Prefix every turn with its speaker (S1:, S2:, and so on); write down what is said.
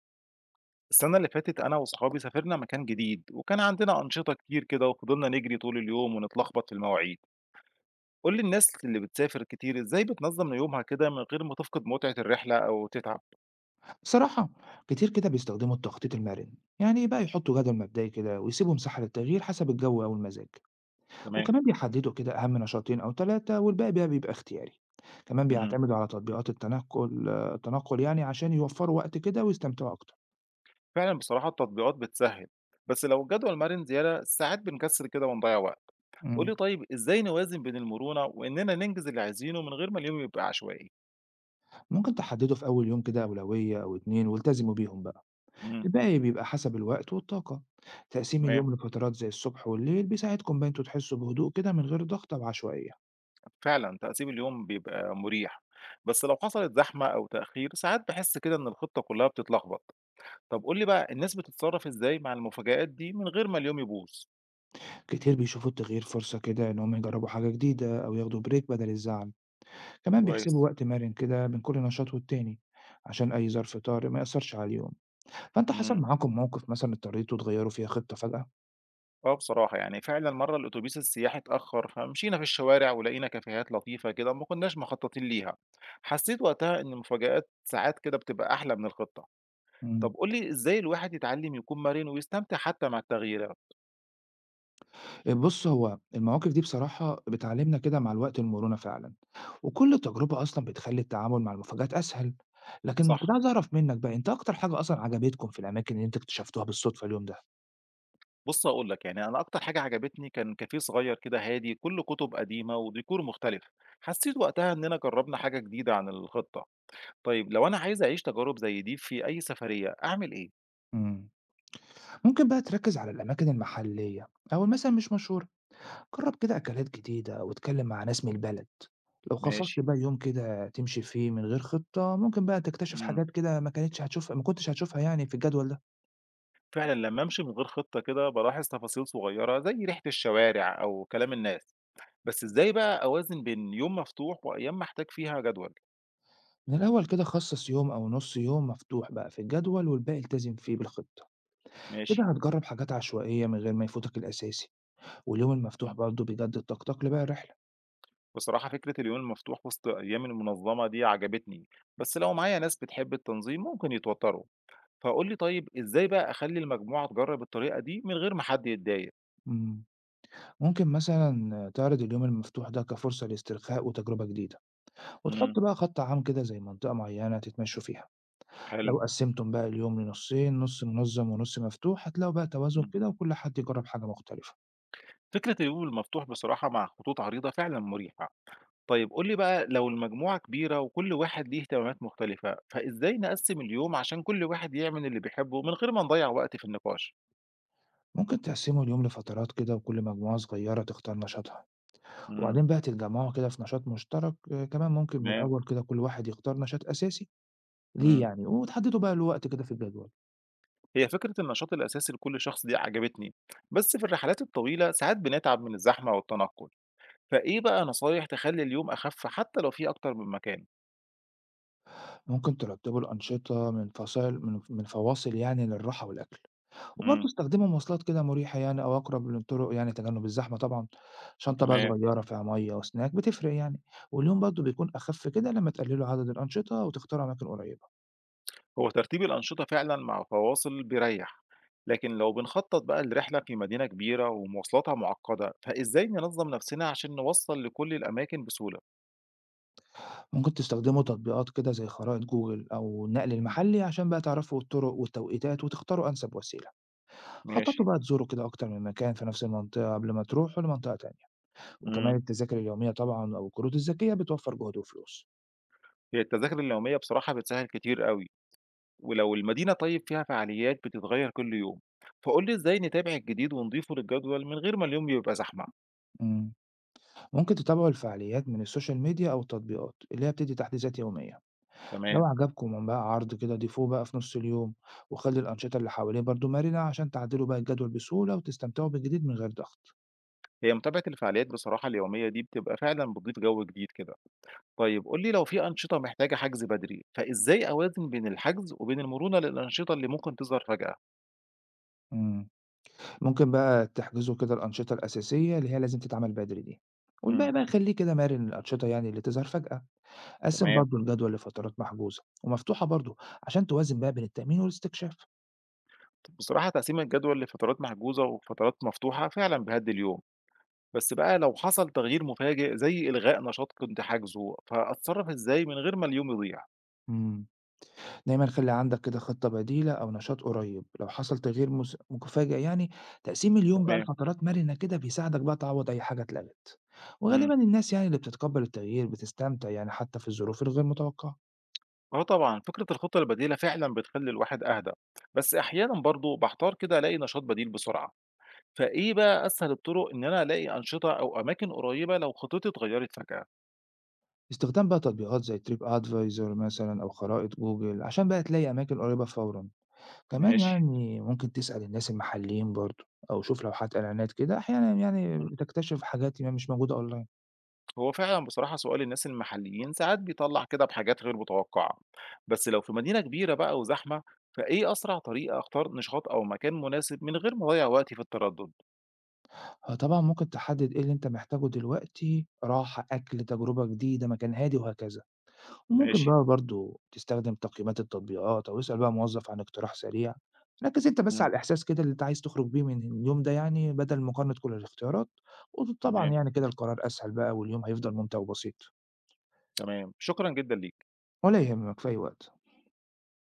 S1: السنة اللي فاتت أنا وصحابي سافرنا مكان جديد وكان عندنا أنشطة كتير كده وفضلنا نجري طول اليوم ونتلخبط في المواعيد. قول لي الناس اللي بتسافر كتير إزاي بتنظم يومها كده من غير ما تفقد متعة الرحلة أو تتعب؟
S2: بصراحة، كتير كده بيستخدموا التخطيط المرن. يعني بقى يحطوا جدول مبدئي كده ويسيبوا مساحة للتغيير حسب الجو أو المزاج.
S1: تمام.
S2: وكمان بيحددوا كده أهم نشاطين أو ثلاثة، والباقي بقى بيبقى اختياري. كمان
S1: مم.
S2: بيعتمدوا على تطبيقات التنقل، التنقل يعني عشان يوفروا وقت كده ويستمتعوا أكتر.
S1: فعلا بصراحة التطبيقات بتسهل، بس لو الجدول مرن زيادة ساعات بنكسل كده ونضيع وقت. قول
S2: مم.
S1: لي طيب إزاي نوازن بين المرونة وإننا ننجز اللي عايزينه من غير ما اليوم يبقى عشوائي؟
S2: ممكن تحددوا في أول يوم كده أولوية أو اتنين والتزموا بيهم بقى.
S1: مم.
S2: الباقي بيبقى حسب الوقت والطاقة. تقسيم
S1: تمام،
S2: اليوم لفترات زي الصبح والليل بيساعدكم بقى انتوا تحسوا بهدوء كده من غير ضغط أو عشوائية.
S1: فعلًا تقسيم اليوم بيبقى مريح، بس لو حصلت زحمة أو تأخير ساعات باحس كده إن الخطة كلها بتتلخبط، طب قُل لي بقى الناس بتتصرّف إزاي مع المفاجآت دي من غير ما اليوم يبوظ؟
S2: كتير بيشوفوا التغيير فرصة كده إن هم يجربوا حاجة جديدة أو ياخدوا بريك بدل الزعل. كمان بيحسبوا
S1: كويس.
S2: وقت مرن كده بين كل نشاط والتاني عشان أي ظرف طارئ ما يأثرش على اليوم. فأنت حصل
S1: إمم،
S2: معاكم موقف مثلا اضطريتوا تغيروا فيها خطة فجأة؟
S1: آه بصراحة يعني فعلًا مرّة الأتوبيس السياحي اتأخر، فمشينا في الشوارع ولقينا كافيهات لطيفة كده ما كناش مخططين ليها، حسيت وقتها إن المفاجآت ساعات كده بتبقى أحلى من الخطة،
S2: مم.
S1: طب قُل لي إزاي الواحد يتعلم يكون مرن ويستمتع حتى مع التغييرات؟
S2: بص، هو المواقف دي بصراحة بتعلمنا كده مع الوقت المرونة فعلا. وكل تجربة أصلا بتخلي التعامل مع المفاجآت أسهل. لكن
S1: صح.
S2: كنت عايز أعرف منك بقى، أنت أكتر حاجة أصلا عجبتكم في الأماكن اللي أنت اكتشفتوها بالصدفة اليوم ده؟
S1: بُص هاقول لك، يعني أنا أكتر حاجة عجبتني كان كافيه صغير كده هادي كُلّه كُتب قديمة وديكور مختلف، حسّيت وقتها إننا جرّبنا حاجة جديدة عن الخطة. طيب لو أنا عايز أعيش تجارب زي دي في أي سفرية أعمل إيه؟
S2: مم. ممكن بقى تركز على الأماكن المحلية أو مثلا مش مشهورة. جرّب كده أكلات جديدة أو اتكلّم مع ناس من البلد. لو خصصت
S1: ماشي.
S2: بقى يوم كده تمشي فيه من غير خطة، ممكن بقى تكتشف
S1: إمم.
S2: حاجات كده ما كنتش هتشوفها يعني في الجدول ده.
S1: فعلًا لمّا أمشي من غير خطة كده بالاحظ تفاصيل صغيرة زي ريحة الشوارع أو كلام الناس، بس إزاي بقى أوازن بين يوم مفتوح وأيام محتاج فيها جدول؟
S2: من الأول كده خصص يوم أو نُص يوم مفتوح بقى في الجدول والباقي التزم فيه بالخطة. كده
S1: ماشي.
S2: هتجرّب حاجات عشوائية من غير ما يفوتك الأساسي، واليوم المفتوح
S1: إمم.
S2: برضه بيجدد طاقتك لباقي الرحلة.
S1: بصراحة فكرة اليوم المفتوح وسط أيام المنظمة دي عجبتني، بس لو معايا ناس بتحب التنظيم ممكن يتوتّروا. فقُل لي طيب إزاي بقى أخلّي المجموعة تجرّب الطريقة دي من غير ما حد يتضايق؟
S2: إمم، ممكن مثلًا تعرض اليوم المفتوح ده كفرصة لاسترخاء وتجربة جديدة،
S1: إمم،
S2: وتحط بقى خط عام كده زي منطقة معيّنة تتمشوا فيها.
S1: حلو،
S2: لو قسّمتم بقى اليوم لنصين، نُص منظّم ونُص مفتوح، هتلاقوا بقى توازن
S1: إمم.
S2: كده وكل حد يجرّب حاجة مختلفة.
S1: فكرة اليوم المفتوح بصراحة مع خطوط عريضة فعلًا مُريحة. طيب قُل لي بقى لو المجموعة كبيرة وكل واحد ليه اهتمامات مختلفة، فإزاي نقسّم اليوم عشان كل واحد يعمل اللي بيحبه من غير ما نضيّع وقت في النقاش؟
S2: ممكن تقسّموا اليوم لفترات كده وكل مجموعة صغيّرة تختار نشاطها،
S1: إمم،
S2: وبعدين بقى تتجمّعوا كده في نشاط مشترك. كمان ممكن من
S1: تمام،
S2: الأول كده كل واحد يختار نشاط أساسي ليه
S1: إمم.
S2: يعني، وتحدّدوا بقى له وقت كده في الجدول.
S1: هي فكرة النشاط الأساسي لكل شخص دي عجبتني، بس في الرحلات الطويلة ساعات بنتعب من الزحمة والتنقل، فإيه بقى نصايح تخلّي اليوم أخف حتى لو في أكتر من مكان؟
S2: ممكن ترتّبوا الأنشطة من فصائل من من فواصل يعني للراحة والأكل. وبرضه
S1: إمم.
S2: استخدموا مواصلات كده مريحة يعني أو أقرب للطرق، يعني تجنب الزحمة طبعًا. شنطة بقى
S1: تمام.
S2: صغيرة فيها مَيّة وسناك بتفرق يعني، واليوم برضه بيكون أخف كده لمّا تقللوا عدد الأنشطة وتختاروا أماكن قريبة.
S1: هو ترتيب الأنشطة فعلا مع فواصل بيريح، لكن لو بنخطط بقى الرحلة في مدينة كبيرة ومواصلاتها معقدة فإزاي ننظم نفسنا عشان نوصل لكل الأماكن بسهولة؟
S2: ممكن تستخدموا تطبيقات كده زي خرائط جوجل أو النقل
S1: مم.
S2: المحلي عشان بقى تعرفوا الطرق والتوقيتات وتختاروا أنسب وسيلة. خططوا
S1: ماشي.
S2: بقى تزوروا كده أكتر من مكان في نفس المنطقة قبل ما تروحوا لمنطقة تانية. وكمان
S1: مم.
S2: التذاكر اليومية طبعًا أو الكروت الذكية بتوفر جهد وفلوس.
S1: هي التذاكر اليومية بصراحة بتسهل كتير قوي، ولو المدينة طيب فيها فعاليات بتتغير كل يوم فقول لي إزاي نتابع الجديد ونضيفه للجدول من غير ما اليوم يبقى زحمة.
S2: إمم. ممكن تتابعوا الفعاليات من السوشيال ميديا أو التطبيقات اللي هي بتدي تحديثات يومية.
S1: تمام.
S2: لو عجبكم من بقى عرض كده، ضيفوه بقى في نص اليوم، وخلي الأنشطة اللي حواليه برضو مرنة عشان تعدلوا بقى الجدول بسهولة وتستمتعوا بالجديد من غير ضغط.
S1: هي متابعة الفعاليات بصراحة اليومية دي بتبقى فعلا بتضيف جو جديد كده. طيب قُل لي لو في أنشطة محتاجة حجز بدري، فإزاي أوازن بين الحجز وبين المرونة للأنشطة اللي ممكن تظهر فجأة؟
S2: مم. ممكن بقى تحجزوا كده الأنشطة الأساسية اللي هي لازم تتعمل بدري دي،
S1: إمم،
S2: والباقي بقى خليه كده مرن، الأنشطة يعني اللي تظهر فجأة. قسم
S1: تمام.
S2: برضو الجدول لفترات محجوزة ومفتوحة برضو عشان توازن بقى بين التأمين والاستكشاف.
S1: بصراحة تقسيم الجدول لفترات محجوزة وفترات مفتوحة فعلًا بيهدّي اليوم، بس بقى لو حصل تغيير مفاجئ زي إلغاء نشاط كنت حاجزه، فأتصرّف إزاي من غير ما اليوم يضيع؟
S2: مم. دايمًا خلّي عندك كده خطة بديلة أو نشاط قريب، لو حصل تغيير مفاجئ يعني. تقسيم اليوم بقى
S1: تمام،
S2: لفترات مرنة كده بيساعدك بقى تعوّض أي حاجة اتلغت،
S1: إمم.
S2: وغالبًا الناس يعني اللي بتتقبّل التغيير بتستمتع يعني حتى في الظروف الغير متوقعة.
S1: آه طبعًا، فكرة الخطة البديلة فعلًا بتخلّي الواحد أهدى، بس أحيانًا برضه باحتار كده ألاقي نشاط بديل بسرعة، فإيه بقى أسهل الطرق إن أنا ألاقي أنشطة أو أماكن قريّبة لو خطتي اتغيّرت فجأة؟
S2: استخدام بقى تطبيقات زي Trip Advisor مثلًا أو خرائط جوجل عشان بقى تلاقي أماكن قريبة فورًا. كمان
S1: ماشي.
S2: يعني ممكن تسأل الناس المحليين برضه، أو شوف لوحات إعلانات كده، أحيانًا يعني
S1: إمم.
S2: بتكتشف حاجات يعني مش موجودة online.
S1: هو فعلًا بصراحة سؤال الناس المحليين ساعات بيطلّع كده بحاجات غير متوقعة، بس لو في مدينة كبيرة بقى وزحمة، فإيه أسرع طريقة أختار نشاط أو مكان مناسب من غير ما أضيّع وقتي في التردد؟
S2: آه طبعًا، ممكن تحدد إيه اللي أنت محتاجه دلوقتي، راحة، أكل، تجربة جديدة، مكان هادي وهكذا. وممكن
S1: ماشي.
S2: بقى برضه تستخدم تقييمات التطبيقات أو اسأل بقى موظف عن اقتراح سريع. ركّز أنت بس
S1: إمم.
S2: على الإحساس كده اللي أنت عايز تخرج بيه من اليوم ده، يعني بدل مقارنة كل الاختيارات. وطبعًا
S1: تمام،
S2: يعني كده القرار أسهل بقى، واليوم هيفضل ممتع وبسيط.
S1: تمام. شكرًا جدًا ليك.
S2: ولا يهمك في أي وقت.